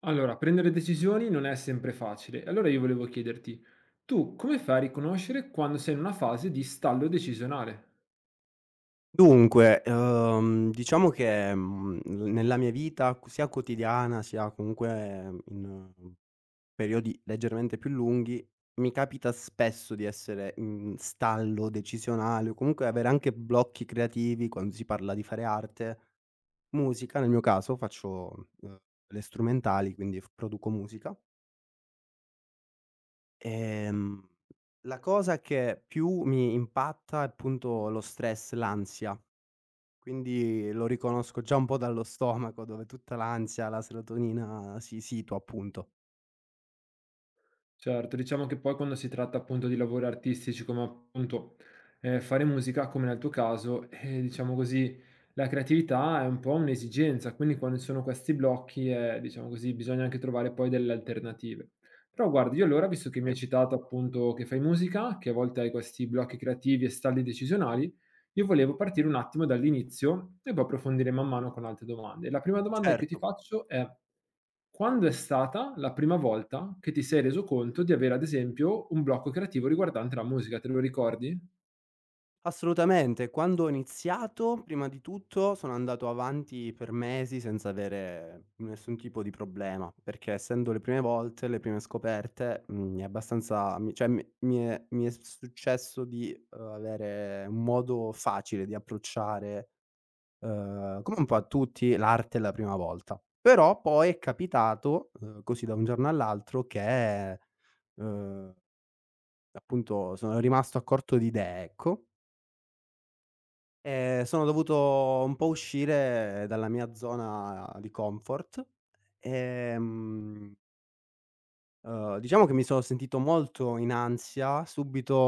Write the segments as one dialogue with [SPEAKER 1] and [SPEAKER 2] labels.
[SPEAKER 1] Allora, prendere decisioni non è sempre facile. Allora io volevo chiederti, tu come fai a riconoscere quando sei in una fase di stallo decisionale?
[SPEAKER 2] Dunque, diciamo che, l nella mia vita q sia quotidiana, sia comunque in ehm, periodi leggermente più lunghi, mi capita spesso di essere in stallo decisionale o comunque avere anche blocchi creativi quando si parla di fare arte, musica, nel mio caso faccio, le strumentali, quindi f produco musica. Ehm, la cosa che più mi impatta è appunto lo stress, l'ansia. Quindi lo riconosco già un po' dallo stomaco, dove tutta l'ansia, la serotonina si situa appunto.
[SPEAKER 1] Certo, diciamo che poi quando si tratta appunto di lavori artistici come appunto fare musica, come nel tuo caso, diciamo così, la creatività è un po' un'esigenza, quindi quando ci sono questi blocchi, diciamo così, bisogna anche trovare poi delle alternative. Però guardi, io allora, visto che mi
[SPEAKER 2] Sì.
[SPEAKER 1] hai citato appunto che fai musica, che a volte hai questi blocchi creativi e stalli decisionali, io volevo partire un attimo dall'inizio e poi approfondire man mano con altre domande. La prima domanda che ti
[SPEAKER 2] Certo,
[SPEAKER 1] faccio è: quando è stata la prima volta che ti sei reso conto di avere, ad esempio, un blocco creativo riguardante la musica? Te lo ricordi?
[SPEAKER 2] assolutamente. Quando ho iniziato, prima di tutto, sono andato avanti per mesi senza avere nessun tipo di problema, perché essendo le prime volte, le prime scoperte, è abbastanza mi cioè mi mi è successo di, avere un modo facile di approcciare. Come un po' a tutti, l'arte è la prima volta. Però poi è capitato, così da un giorno all'altro che, uhm, appunto sono rimasto a corto di idee, ecco, e sono dovuto un po' uscire dalla mia zona di comfort. Ehm, diciamo che mi sono sentito molto in ansia, subito,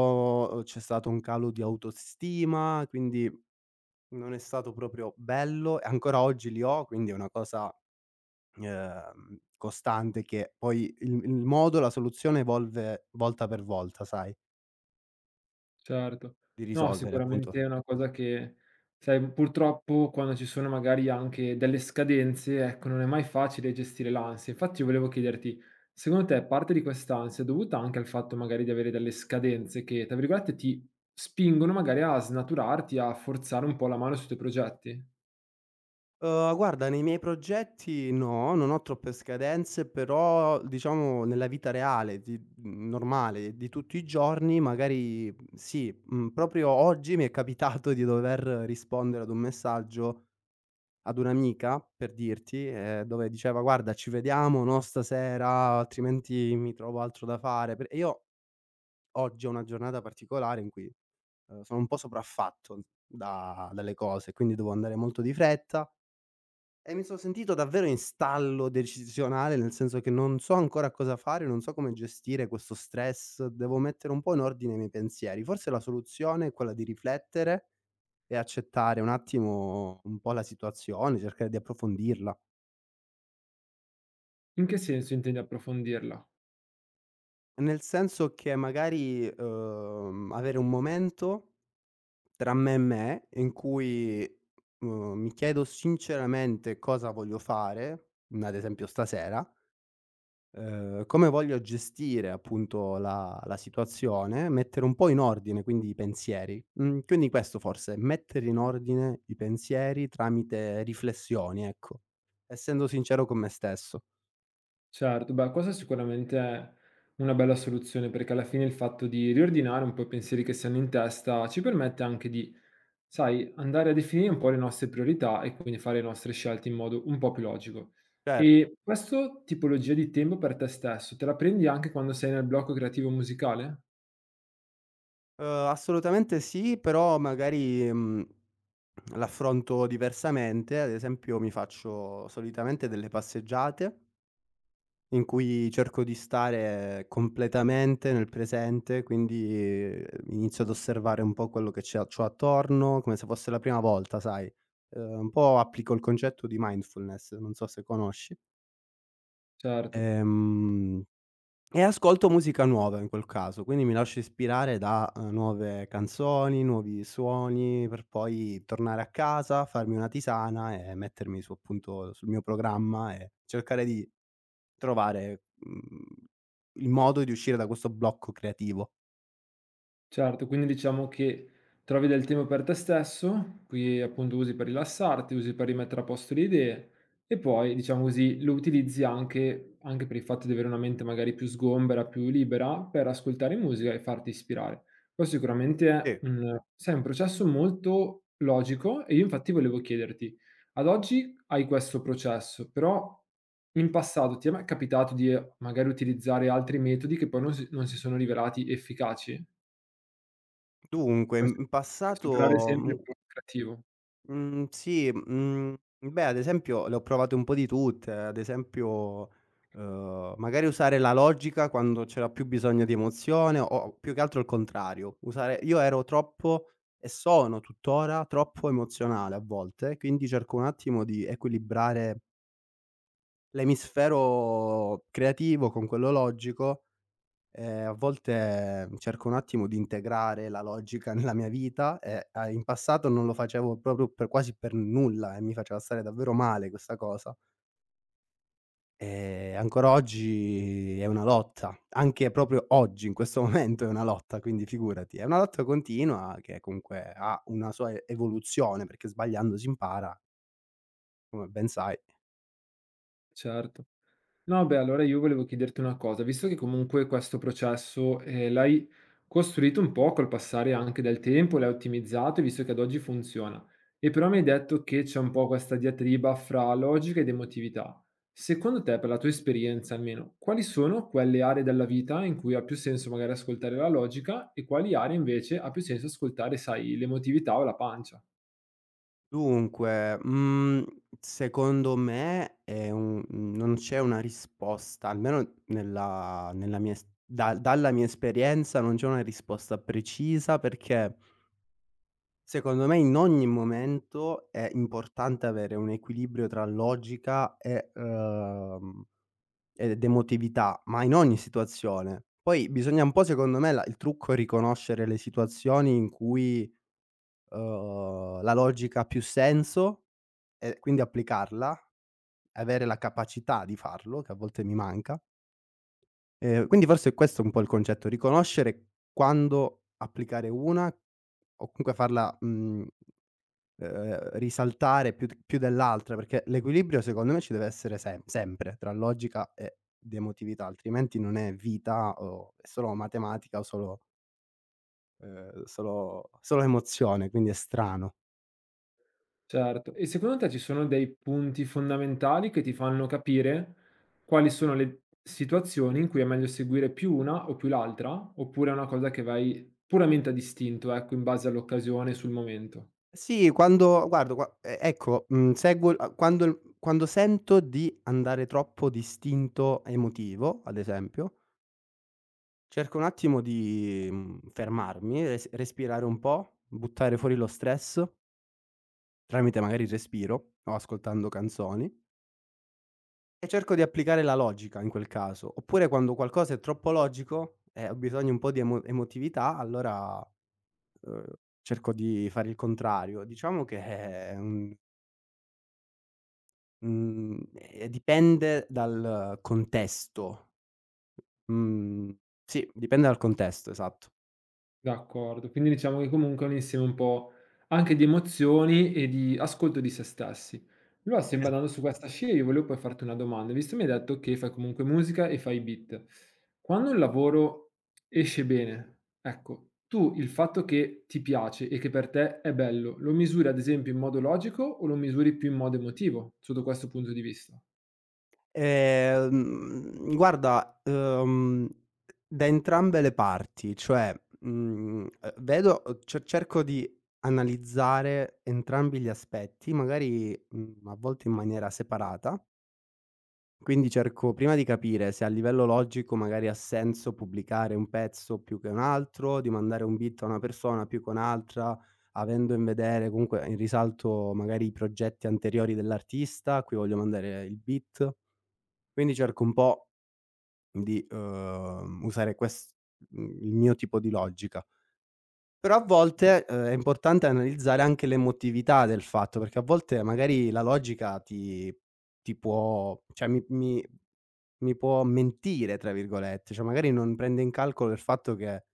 [SPEAKER 2] c'è stato un calo di autostima, quindi non è stato proprio bello e ancora oggi li ho, quindi è una cosa costante che poi il modo, la soluzione evolve volta per volta, sai,
[SPEAKER 1] Certo.
[SPEAKER 2] di
[SPEAKER 1] No,
[SPEAKER 2] risolvere appunto.
[SPEAKER 1] sicuramente è una cosa che, sai, purtroppo quando ci sono magari anche delle scadenze, ecco, non è mai facile gestire l'ansia. Infatti io volevo chiederti, secondo te parte di quest'ansia è dovuta anche al fatto magari di avere delle scadenze che, tra virgolette, ti spingono magari a snaturarti, a forzare un po' la mano sui tuoi progetti?
[SPEAKER 2] Guarda, nei miei progetti no, non ho troppe scadenze, però diciamo nella vita reale di normale di tutti i giorni magari, sì, proprio oggi mi è capitato di dover rispondere ad un messaggio ad un'amica, per dirti, dove diceva: "Guarda ci vediamo, no, stasera, altrimenti mi trovo altro da fare", per e io oggi è una giornata particolare in cui, sono un po' sopraffatto da dalle cose, quindi devo andare molto di fretta e mi sono sentito davvero in stallo decisionale, nel senso che non so ancora cosa fare, non so come gestire questo stress, devo mettere un po' in ordine i miei pensieri. Forse la soluzione è quella di riflettere e accettare un attimo un po' la situazione, cercare di approfondirla.
[SPEAKER 1] In che senso intendi approfondirla?
[SPEAKER 2] Nel senso che magari, avere un momento tra me e me, in cui, mi chiedo sinceramente cosa voglio fare, ad esempio stasera, come voglio gestire appunto la situazione, mettere un po' in ordine quindi i pensieri. Mhmm, quindi questo forse, mettere in ordine i pensieri tramite riflessioni, ecco. Essendo sincero con me stesso.
[SPEAKER 1] Certo, beh, questa sicuramente è una bella soluzione perché alla fine il fatto di riordinare un po' i pensieri che si hanno in testa ci permette anche di, sai, andare a definire un po' le nostre priorità e quindi fare le nostre scelte in modo un po' più logico.
[SPEAKER 2] Cer
[SPEAKER 1] E questa tipologia di tempo per te stesso, te la prendi anche quando sei nel blocco creativo musicale?
[SPEAKER 2] Assolutamente sì, però magari, l'affronto diversamente. Ad esempio, mi faccio solitamente delle passeggiate in cui cerco di stare completamente nel presente, quindi, ehm, inizio ad osservare un po' quello che c'ho attorno, come se fosse la prima volta, sai. Un po' applico il concetto di mindfulness, non so se conosci.
[SPEAKER 1] Certo.
[SPEAKER 2] Ehm e ascolto musica nuova in quel caso, quindi mi lascio ispirare da, nuove canzoni, nuovi suoni, per poi tornare a casa, farmi una tisana e mettermi su appunto sul mio programma e cercare di trovare, il modo di uscire da questo blocco creativo.
[SPEAKER 1] Certo, quindi diciamo che trovi del tempo per te stesso, qui appunto usi per rilassarti, usi per rimettere a posto le idee e poi diciamo così lo utilizzi anche, anche per il fatto di avere una mente magari più sgombera, più libera, per ascoltare musica e farti ispirare. Questo sicuramente è
[SPEAKER 2] Sì.
[SPEAKER 1] un, sai, un processo molto logico e io infatti volevo chiederti, ad oggi hai questo processo, però in passato ti è mai capitato di magari utilizzare altri metodi che poi non si sono rivelati efficaci?
[SPEAKER 2] Tu, comunque,
[SPEAKER 1] Per su
[SPEAKER 2] in
[SPEAKER 1] per superare
[SPEAKER 2] passato,
[SPEAKER 1] sempre il creativo,
[SPEAKER 2] Mhmm, sì, beh, ad esempio le ho provate un po' di tutte, ad esempio, magari usare la logica quando c'era più bisogno di emozione o più che altro il contrario, usare io ero troppo e sono tuttora troppo emozionale a volte, quindi cerco un attimo di equilibrare l'emisfero creativo con quello logico. A volte cerco un attimo di integrare la logica nella mia vita e, in passato non lo facevo proprio per quasi per nulla e mi faceva stare davvero male questa cosa. Ancora oggi è una lotta, anche proprio oggi, in questo momento è una lotta, quindi figurati. È una lotta continua che comunque ha una sua evoluzione, perché sbagliando si impara, come ben sai.
[SPEAKER 1] certo. No, beh, allora io volevo chiederti una cosa, visto che comunque questo processo, l'hai costruito un po' col passare anche del tempo, l'hai ottimizzato e visto che ad oggi funziona. E però mi hai detto che c'è un po' questa diatriba fra logica ed emotività. Secondo te, per la tua esperienza almeno, quali sono quelle aree della vita in cui ha più senso magari ascoltare la logica e quali aree invece ha più senso ascoltare, sai, l'emotività o la pancia?
[SPEAKER 2] Dunque, secondo me è un non c'è una risposta, almeno nella nella mia es da dalla mia esperienza non c'è una risposta precisa, perché, secondo me, in ogni momento è importante avere un equilibrio tra logica e ed emotività, ma in ogni situazione. Poi bisogna un po', secondo me, la il trucco è riconoscere le situazioni in cui, la logica ha più senso e quindi applicarla, avere la capacità di farlo, che a volte mi manca. Quindi forse questo è un po' il concetto, riconoscere quando applicare una o comunque farla, risaltare più dell'altra, perché l'equilibrio secondo me ci deve essere sempre tra logica ed emotività, altrimenti non è vita, o è solo matematica o solo solo emozione, quindi è strano.
[SPEAKER 1] Certo. E secondo te ci sono dei punti fondamentali che ti fanno capire quali sono le situazioni in cui è meglio seguire più una o più l'altra? Oppure è una cosa che vai puramente a distinto, ecco, in base all'occasione, e sul momento?
[SPEAKER 2] Sì, quando guardo qua e ecco, seguo a quando il quando sento di andare troppo d'istinto emotivo, ad esempio, cerco un attimo di, fermarmi, respirare un po', buttare fuori lo stress, tramite magari il respiro o ascoltando canzoni, e cerco di applicare la logica in quel caso. Oppure quando qualcosa è troppo logico e ho bisogno un po' di emotività, allora, uhm, cerco di fare il contrario. Diciamo che è un Mhmm, dipende dal contesto. Mhmm, sì, dipende dal contesto, esatto.
[SPEAKER 1] D'accordo, quindi diciamo che comunque è un insieme un po' anche di emozioni e di ascolto di se stessi. Allora, sempre
[SPEAKER 2] Es
[SPEAKER 1] andando su questa scia, io volevo poi farti una domanda, visto mi hai detto che fai comunque musica e fai beat. Quando un lavoro esce bene, ecco, tu il fatto che ti piace e che per te è bello, lo misuri ad esempio in modo logico o lo misuri più in modo emotivo, sotto questo punto di vista?
[SPEAKER 2] Guarda, da entrambe le parti, cioè, vedo ce cerco di analizzare entrambi gli aspetti, magari, a volte in maniera separata. Quindi cerco prima di capire se a livello logico magari ha senso pubblicare un pezzo più che un altro, di mandare un beat a una persona più che un'altra, avendo in vedere comunque in risalto magari i progetti anteriori dell'artista a cui voglio mandare il beat. Quindi cerco un po' di, usare il mio tipo di logica. Però a volte, è importante analizzare anche l'emotività del fatto, perché a volte magari la logica ti può, cioè mi può "mentire" tra virgolette, cioè magari non prende in calcolo il fatto che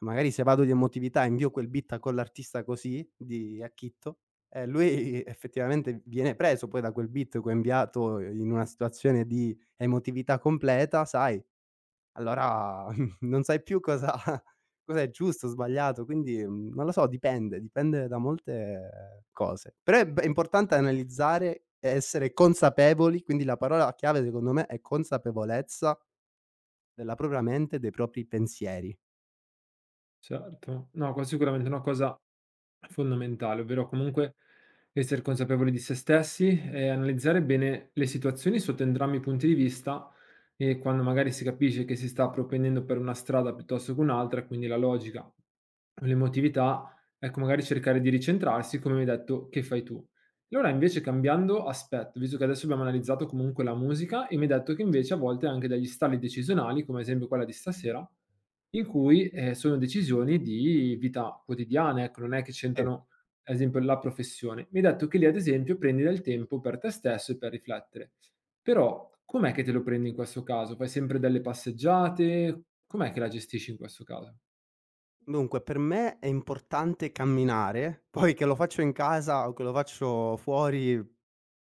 [SPEAKER 2] magari se vado di emotività e invio quel beat a quell'artista così, di a chitto, lui effettivamente viene preso poi da quel beat che ho inviato in una situazione di emotività completa, sai, allora non sai più cosa cosa è giusto, o sbagliato, quindi, non lo so, dipende, dipende da molte cose. Però è importante analizzare e essere consapevoli, quindi la parola chiave secondo me è consapevolezza della propria mente e dei propri pensieri.
[SPEAKER 1] Certo. No, qua sicuramente è una cosa fondamentale, ovvero comunque esser consapevoli di se stessi e analizzare bene le situazioni sotto entrambi i punti di vista e quando magari si capisce che si sta propendendo per una strada piuttosto che un'altra, e quindi la logica o l'emotività, ecco magari cercare di ricentrarsi, come mi hai detto che fai tu. Allora invece cambiando aspetto, visto che adesso abbiamo analizzato comunque la musica e mi hai detto che invece a volte anche dagli stalli decisionali, come ad esempio quella di stasera in cui, sono decisioni di vita quotidiana, ecco, non è che
[SPEAKER 2] Sì.
[SPEAKER 1] c'entrano, ad esempio, la professione. Mi hai detto che lì, ad esempio, prendi del tempo per te stesso e per riflettere. Però com'è che te lo prendi in questo caso? Fai sempre delle passeggiate? Com'è che la gestisci in questo caso?
[SPEAKER 2] Dunque, per me è importante camminare, poi che lo faccio in casa o che lo faccio fuori,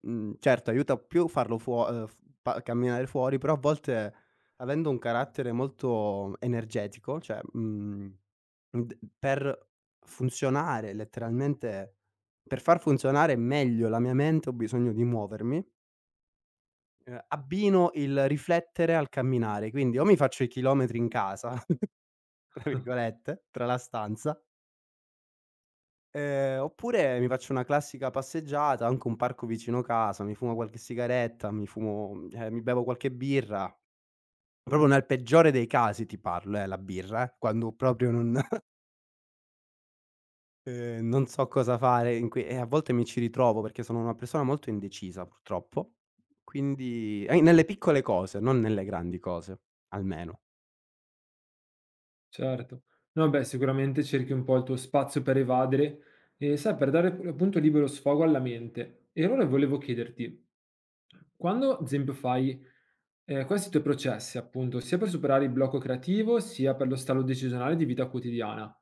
[SPEAKER 2] certo aiuta più farlo fuo f pa camminare fuori, però a volte avendo un carattere molto energetico, cioè, mhmm, d per funzionare letteralmente, per far funzionare meglio la mia mente ho bisogno di muovermi, abbino il riflettere al camminare, quindi o mi faccio i chilometri in casa, tra virgolette, tra la stanza, oppure mi faccio una classica passeggiata, anche un parco vicino casa, mi fumo qualche sigaretta, mi fumo cioè mi bevo qualche birra. Proprio nel peggiore dei casi ti parlo, la birra, quando proprio non non so cosa fare in que e a volte mi ci ritrovo perché sono una persona molto indecisa purtroppo, quindi nelle piccole cose, non nelle grandi cose, almeno.
[SPEAKER 1] Certo. No, beh, sicuramente cerchi un po' il tuo spazio per evadere e, sai, per dare appunto libero sfogo alla mente. E allora volevo chiederti, quando, ad esempio, fai questi tuoi processi, appunto, sia per superare il blocco creativo, sia per lo stallo decisionale di vita quotidiana,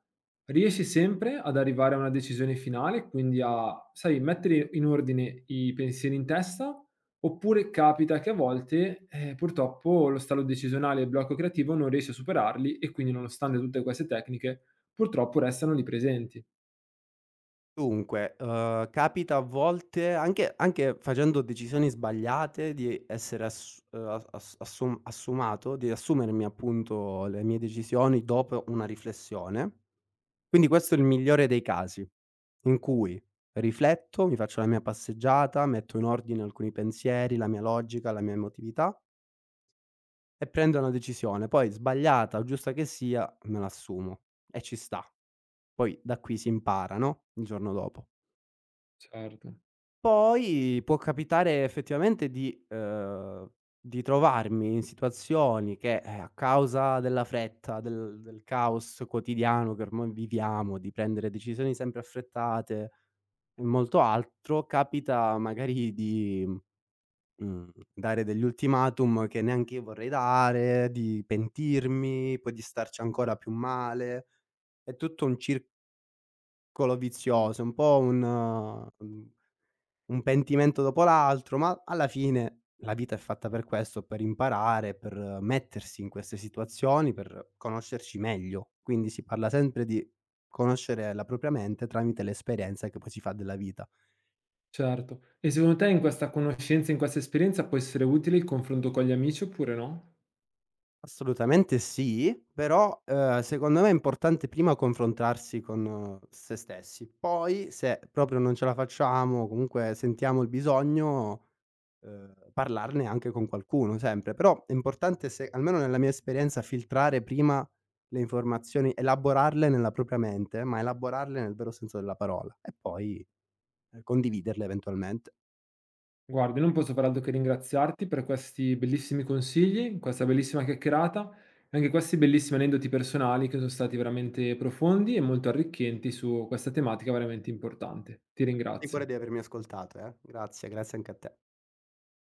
[SPEAKER 1] riesci sempre ad arrivare a una decisione finale, quindi a, sai, mettere in ordine i pensieri in testa? Oppure capita che a volte, purtroppo lo stallo decisionale e il blocco creativo non riesci a superarli e quindi nonostante tutte queste tecniche, purtroppo restano lì presenti.
[SPEAKER 2] Dunque, capita a volte anche facendo decisioni sbagliate di essere assumato di assumermi appunto le mie decisioni dopo una riflessione. Quindi questo è il migliore dei casi, in cui rifletto, mi faccio la mia passeggiata, metto in ordine alcuni pensieri, la mia logica, la mia emotività e prendo una decisione. Poi sbagliata o giusta che sia, me l'assumo e ci sta. Poi da qui si impara, no, il giorno dopo.
[SPEAKER 1] Certo.
[SPEAKER 2] Poi può capitare effettivamente di trovarmi in situazioni che, a causa della fretta, del caos quotidiano che ormai viviamo, di prendere decisioni sempre affrettate e molto altro, capita magari di, mhmm, dare degli ultimatum che neanche io vorrei dare, di pentirmi, poi di starci ancora più male. È tutto un circolo vizioso, un po' un mhmm un pentimento dopo l'altro, ma alla fine la vita è fatta per questo, per imparare, per mettersi in queste situazioni, per conoscerci meglio. Quindi si parla sempre di conoscere la propria mente tramite l'esperienza che poi si fa della vita.
[SPEAKER 1] Certo. E secondo te in questa conoscenza, in questa esperienza può essere utile il confronto con gli amici oppure no?
[SPEAKER 2] Assolutamente sì, però, secondo me è importante prima confrontarsi con se stessi. Poi se proprio non ce la facciamo, comunque sentiamo il bisogno, parlarne anche con qualcuno sempre. Però è importante, se almeno nella mia esperienza, filtrare prima le informazioni, elaborarle nella propria mente, ma elaborarle nel vero senso della parola e poi, condividerle eventualmente.
[SPEAKER 1] Guardi, non posso far altro che ringraziarti per questi bellissimi consigli, questa bellissima chiacchierata e anche questi bellissimi aneddoti personali che son stati veramente profondi e molto arricchenti su questa tematica veramente importante. Ti
[SPEAKER 2] Di cuore
[SPEAKER 1] ringrazio.
[SPEAKER 2] di avermi ascoltato, eh. Grazie, grazie anche a te.